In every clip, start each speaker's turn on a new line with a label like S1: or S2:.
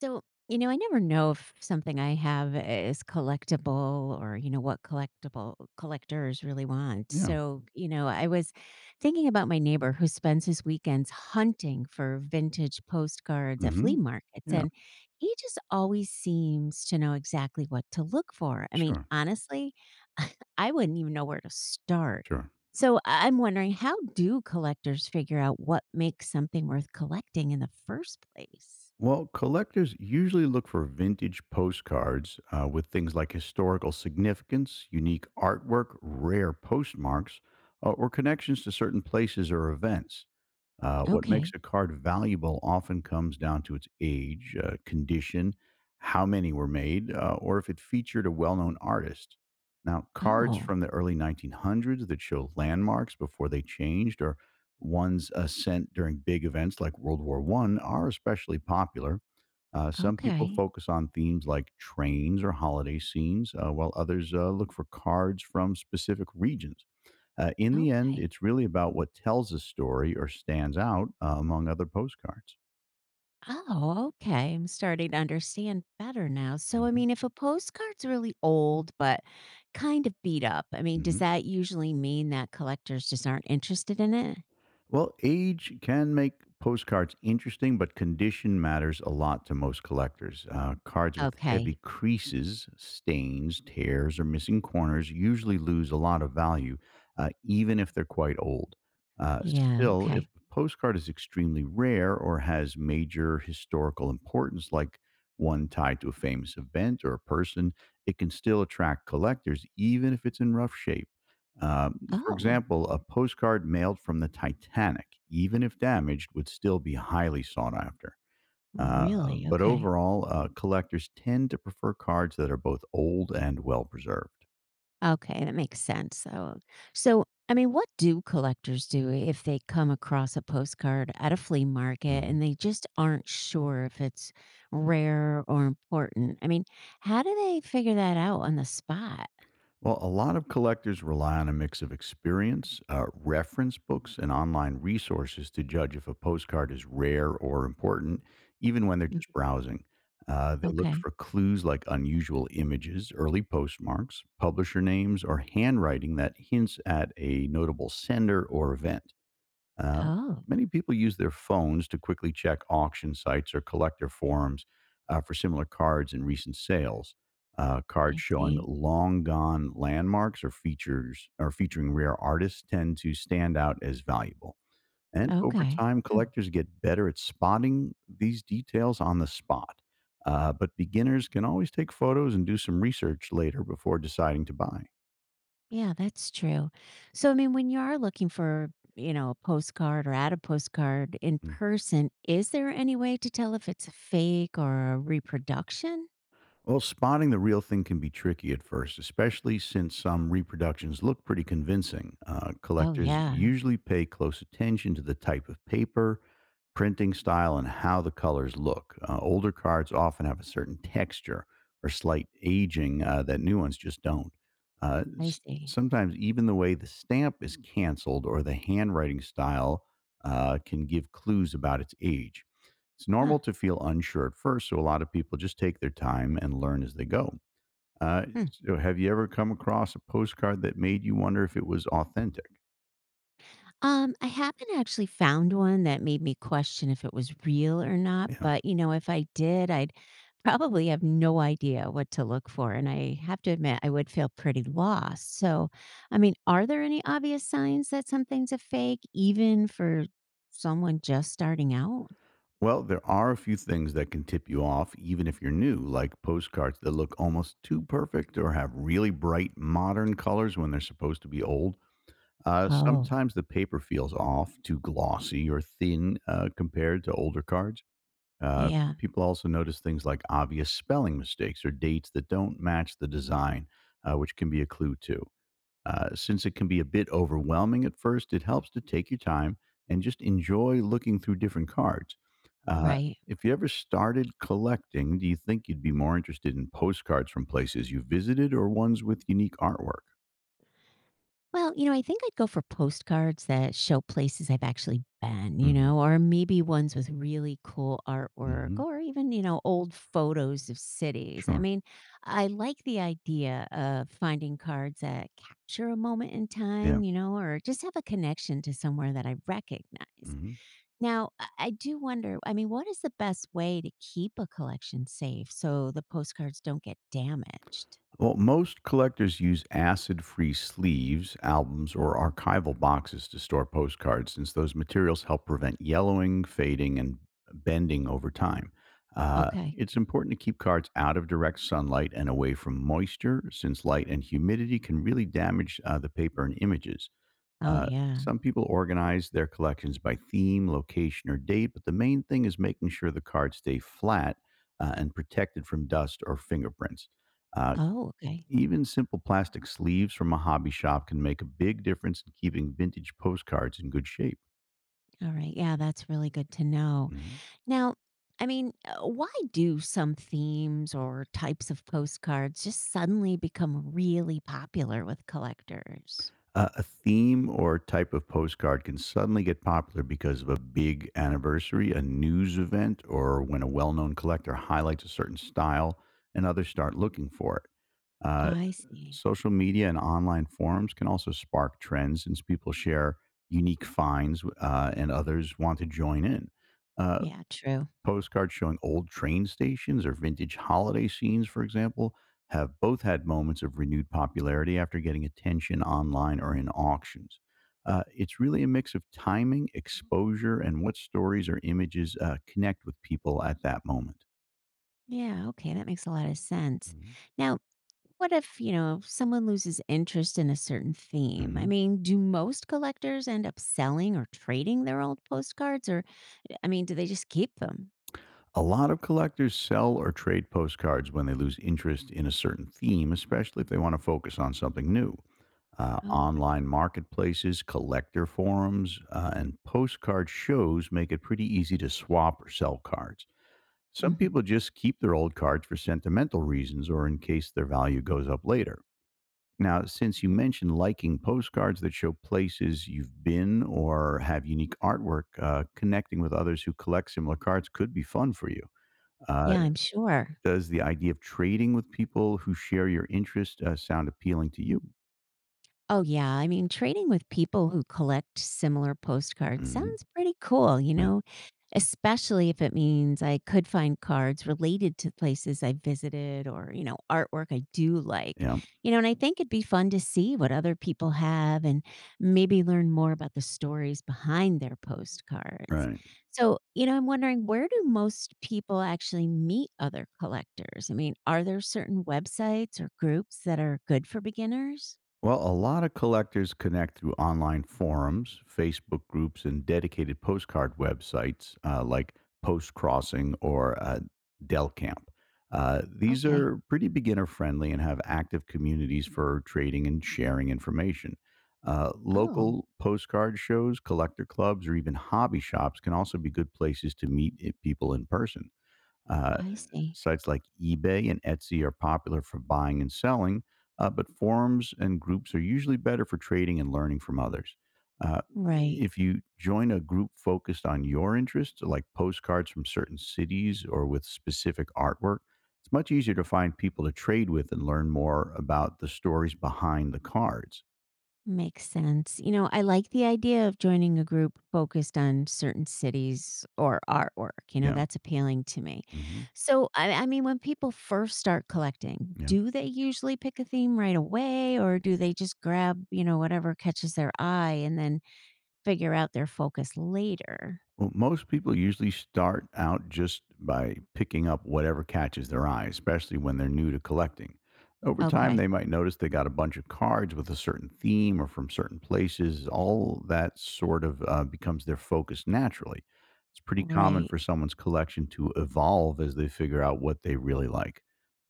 S1: So, you know, I never know if something I have is collectible or, you know, what collectible collectors really want.
S2: Yeah.
S1: So, you know, I was thinking about my neighbor who spends his weekends hunting for vintage postcards at flea
S2: Mhm.
S1: markets.
S2: Yeah.
S1: And he just always seems to know exactly what to look for. I mean,
S2: Sure.
S1: honestly, I wouldn't even know where to start.
S2: Sure.
S1: So I'm wondering, how do collectors figure out what makes something worth collecting in the first place?
S2: Well, collectors usually look for vintage postcards with things like historical significance, unique artwork, rare postmarks, or connections to certain places or events. What makes
S1: Okay.
S2: a card valuable often comes down to its age, condition, how many were made, or if it featured a well known artist. Now, cards
S1: Oh,
S2: from the early 1900s that show landmarks before they changed or ones sent during big events like World War One are especially popular. Some people
S1: okay.
S2: focus on themes like trains or holiday scenes, while others look for cards from specific regions. In the end,
S1: Okay.
S2: it's really about what tells a story or stands out among other postcards.
S1: Oh, okay, I'm starting to understand better now. So, I
S2: Mhm,
S1: mean, if a postcard's really old but kind of beat up, I mean, does
S2: mhm.
S1: that usually mean that collectors just aren't interested in it?
S2: Well, age can make postcards interesting, but condition matters a lot to most collectors. Cards with
S1: Okay.
S2: heavy creases, stains, tears, or missing corners usually lose a lot of value, even if they're quite old. Uh,
S1: Yeah.
S2: still, if
S1: Okay.
S2: the postcard is extremely rare or has major historical importance, like one tied to a famous event or a person, it can still attract collectors, even if it's in rough shape. For
S1: Oh,
S2: example, a postcard mailed from the Titanic, even if damaged, would still be highly sought after. Uh,
S1: really?
S2: but
S1: Okay.
S2: overall, collectors tend to prefer cards that are both old and well preserved.
S1: Okay, that makes sense. So, so I mean, what do collectors do if they come across a postcard at a flea market
S2: Mm-hmm.
S1: and they just aren't sure if it's rare or important? I mean, how do they figure that out on the spot?
S2: Well, a lot of collectors rely on a mix of experience, reference books, and online resources to judge if a postcard is rare or important, even when they're
S1: Mm,
S2: just browsing. They look
S1: Okay.
S2: for clues like unusual images, early postmarks, publisher names, or handwriting that hints at a notable sender or event. Uh,
S1: Oh,
S2: many people use their phones to quickly check auction sites or collector forums for similar cards in recent sales. Cards
S1: I
S2: showing
S1: see.
S2: long gone landmarks or features or featuring rare artists tend to stand out as valuable. And over
S1: Okay.
S2: time,
S1: Mm,
S2: collectors get better at spotting these details on the spot. But beginners can always take photos and do some research later before deciding to buy.
S1: Yeah, that's true. So, I mean, when you are looking for, you know, a postcard or at a postcard in person, is there any way to tell if it's a fake or a reproduction?
S2: Well, spotting the real thing can be tricky at first, especially since some reproductions look pretty convincing. Uh,
S1: Oh,
S2: collectors
S1: yeah.
S2: usually pay close attention to the type of paper, printing style, and how the colors look. Older cards often have a certain texture or slight aging that new ones just don't. Uh,
S1: I
S2: s-
S1: see.
S2: sometimes, even the way the stamp is canceled or the handwriting style can give clues about its age. It's normal
S1: Huh.
S2: to feel unsure at first, so a lot of people just take their time and learn as they go. Uh,
S1: Hmm.
S2: so have you ever come across a postcard that made you wonder if it was authentic?
S1: I haven't actually found one that made me question if it was real or not,
S2: Yeah.
S1: but you know, if I did, I'd probably have no idea what to look for. And I have to admit, I would feel pretty lost. So, I mean, are there any obvious signs that something's a fake, even for someone just starting out?
S2: Well, there are a few things that can tip you off, even if you're new, like postcards that look almost too perfect or have really bright modern colors when they're supposed to be old. Uh,
S1: Oh,
S2: sometimes the paper feels off, too glossy or thin compared to older cards. Uh,
S1: yeah,
S2: people also notice things like obvious spelling mistakes or dates that don't match the design, which can be a clue too. Since it can be a bit overwhelming at first, it helps to take your time and just enjoy looking through different cards. Uh,
S1: right.
S2: if you ever started collecting, do you think you'd be more interested in postcards from places you visited or ones with unique artwork?
S1: Well, you know, I think I'd go for postcards that show places I've actually been, you
S2: hmm
S1: know, or maybe ones with really cool artwork
S2: hmm
S1: or even, you know, old photos of cities. I
S2: Sure.
S1: mean, I like the idea of finding cards that capture a moment in
S2: Yeah.
S1: time, you know, or just have a connection to somewhere that I recognize.
S2: hmm
S1: Now, I do wonder, I mean, what is the best way to keep a collection safe so the postcards don't get damaged?
S2: Well, most collectors use acid free sleeves, albums, or archival boxes to store postcards since those materials help prevent yellowing, fading, and bending over time. Uh,
S1: Okay.
S2: it's important to keep cards out of direct sunlight and away from moisture since light and humidity can really damage the paper and images.
S1: Oh,
S2: Uh,
S1: yeah.
S2: some people organize their collections by theme, location, or date, but the main thing is making sure the cards stay flat and protected from dust or fingerprints. Uh,
S1: Oh, okay.
S2: even simple plastic sleeves from a hobby shop can make a big difference in keeping vintage postcards in good shape.
S1: All right. Yeah, that's really good to know.
S2: hmm
S1: Now, I mean, why do some themes or types of postcards just suddenly become really popular with collectors?
S2: a theme or type of postcard can suddenly get popular because of a big anniversary, a news event, or when a well known collector highlights a certain style and others start looking for it. Uh,
S1: I see.
S2: social media and online forums can also spark trends since people share unique finds and others want to join in. Uh,
S1: Yeah, true.
S2: Postcards showing old train stations or vintage holiday scenes, for example, have both had moments of renewed popularity after getting attention online or in auctions. It's really a mix of timing, exposure, and what stories or images connect with people at that moment.
S1: Yeah, okay, that makes a lot of sense.
S2: Mhm.
S1: Now, what if, you know, someone loses interest in a certain theme? I
S2: Mhm.
S1: mean, do most collectors end up selling or trading their old postcards, or I mean, do they just keep them?
S2: A lot of collectors sell or trade postcards when they lose interest in a certain theme, especially if they want to focus on something new. Uh,
S1: Oh, right.
S2: online marketplaces, collector forums, and postcard shows make it pretty easy to swap or sell cards. Some
S1: Hmm.
S2: people just keep their old cards for sentimental reasons or in case their value goes up later. Now, since you mentioned liking postcards that show places you've been or have unique artwork, connecting with others who collect similar cards could be fun for you. Uh,
S1: Yeah, I'm sure.
S2: does the idea of trading with people who share your interest sound appealing to you?
S1: Oh, yeah. I mean, trading with people who collect similar postcards
S2: hmm
S1: sounds pretty cool, you
S2: Yeah.
S1: know, especially if it means I could find cards related to places I visited or, you know, artwork I do like.
S2: Yeah.
S1: You know, and I think it'd be fun to see what other people have and maybe learn more about the stories behind their postcards.
S2: Right.
S1: So, you know, I'm wondering, where do most people actually meet other collectors? I mean, are there certain websites or groups that are good for beginners?
S2: Well, a lot of collectors connect through online forums, Facebook groups, and dedicated postcard websites like Post Crossing or Del Camp. These
S1: Okay.
S2: are pretty beginner friendly and have active communities for trading and sharing information. Uh,
S1: Oh,
S2: local postcard shows, collector clubs, or even hobby shops can also be good places to meet people in person. Uh,
S1: I see.
S2: Sites like eBay and Etsy are popular for buying and selling, but forums and groups are usually better for trading and learning from others. Uh,
S1: Right.
S2: if you join a group focused on your interests, like postcards from certain cities or with specific artwork, it's much easier to find people to trade with and learn more about the stories behind the cards.
S1: Makes sense. You know, I like the idea of joining a group focused on certain cities or artwork. You know,
S2: Yeah.
S1: that's appealing to me.
S2: hmm
S1: So, I mean, when people first start collecting,
S2: Yeah.
S1: do they usually pick a theme right away, or do they just grab, you know, whatever catches their eye and then figure out their focus later?
S2: Well, most people usually start out just by picking up whatever catches their eye, especially when they're new to collecting. Over time,
S1: Okay.
S2: they might notice they got a bunch of cards with a certain theme or from certain places. All that sort of becomes their focus naturally. It's pretty common
S1: Right.
S2: for someone's collection to evolve as they figure out what they really like.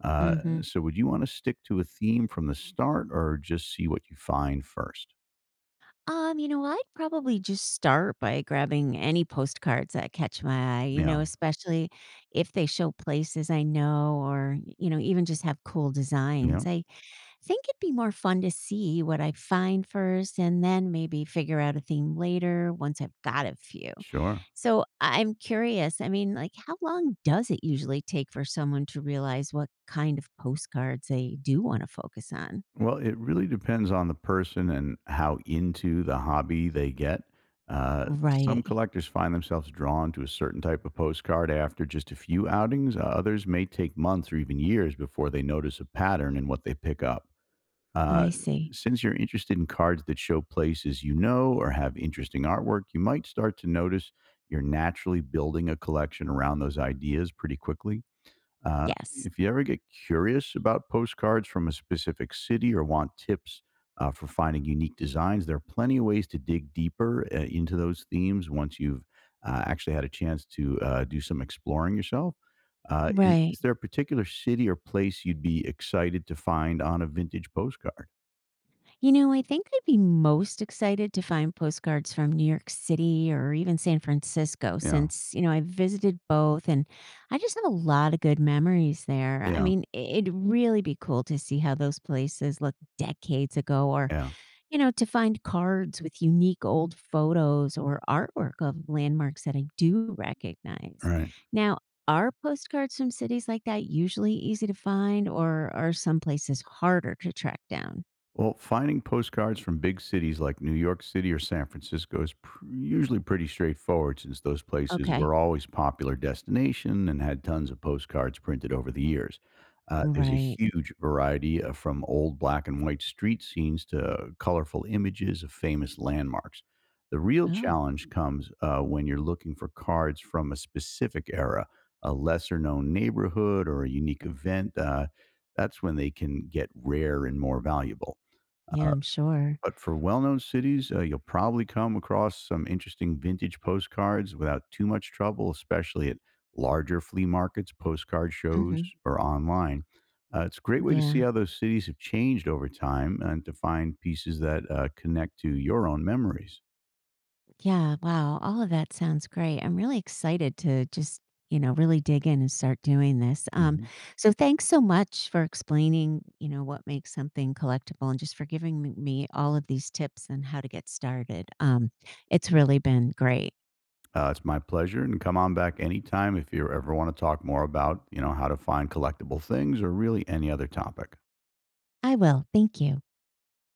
S2: Uh,
S1: Mm hmm.
S2: so, would you want to stick to a theme from the start or just see what you find first?
S1: You know, I'd probably just start by grabbing any postcards that catch my eye, you know,
S2: Yeah,
S1: especially if they show places I know or, you know, even just have cool
S2: yeah,
S1: designs. I think it'd be more fun to see what I find first and then maybe figure out a theme later once I've got a few.
S2: sure.
S1: So I'm curious, I mean, like, how long does it usually take for someone to realize what kind of postcards they do want to focus on?
S2: Well, it really depends on the person and how into the hobby they get. Some
S1: Right.
S2: collectors find themselves drawn to a certain type of postcard after just a few outings. Others may take months or even years before they notice a pattern in what they pick up. Uh,
S1: I see.
S2: since you're interested in cards that show places you know or have interesting artwork, you might start to notice you're naturally building a collection around those ideas pretty quickly. Uh,
S1: Yes.
S2: if you ever get curious about postcards from a specific city or want tips for finding unique designs, there are plenty of ways to dig deeper into those themes once you've actually had a chance to do some exploring yourself. Uh, is,
S1: Right.
S2: is there a particular city or place you'd be excited to find on a vintage postcard?
S1: You know, I think I'd be most excited to find postcards from New York City or even San Francisco
S2: Yeah,
S1: since, you know, I visited both and I just have a lot of good memories there. I
S2: yeah,
S1: mean, it'd really be cool to see how those places looked decades ago, or,
S2: yeah.
S1: you know, to find cards with unique old photos or artwork of landmarks that I do recognize.
S2: Right.
S1: Now, are postcards from cities like that usually easy to find, or are some places harder to track down?
S2: Well, finding postcards from big cities like New York City or San Francisco is usually pretty straightforward since those places
S1: Okay.
S2: were always popular destination and had tons of postcards printed over the years. There's a
S1: Right.
S2: huge variety from old black and white street scenes to colorful images of famous landmarks. The real
S1: Oh,
S2: challenge comes when you're looking for cards from a specific era, a lesser known neighborhood, or a unique event. That's when they can get rare and more valuable.
S1: yeah,
S2: Uh,
S1: I'm sure.
S2: but for well-known cities, you'll probably come across some interesting vintage postcards without too much trouble, especially at larger flea markets, postcard shows,
S1: Mhm.
S2: or online. It's a great way to see
S1: Yeah.
S2: how those cities have changed over time and to find pieces that connect to your own memories.
S1: Yeah, wow, all of that sounds great. I'm really excited to just, you know, really dig in and start doing this.
S2: hmm
S1: So thanks so much for explaining, you know, what makes something collectible and just for giving m me all of these tips and how to get started. It's really been great.
S2: it's my pleasure, and come on back anytime if you ever want to talk more about, you know, how to find collectible things or really any other topic.
S1: I will. Thank you.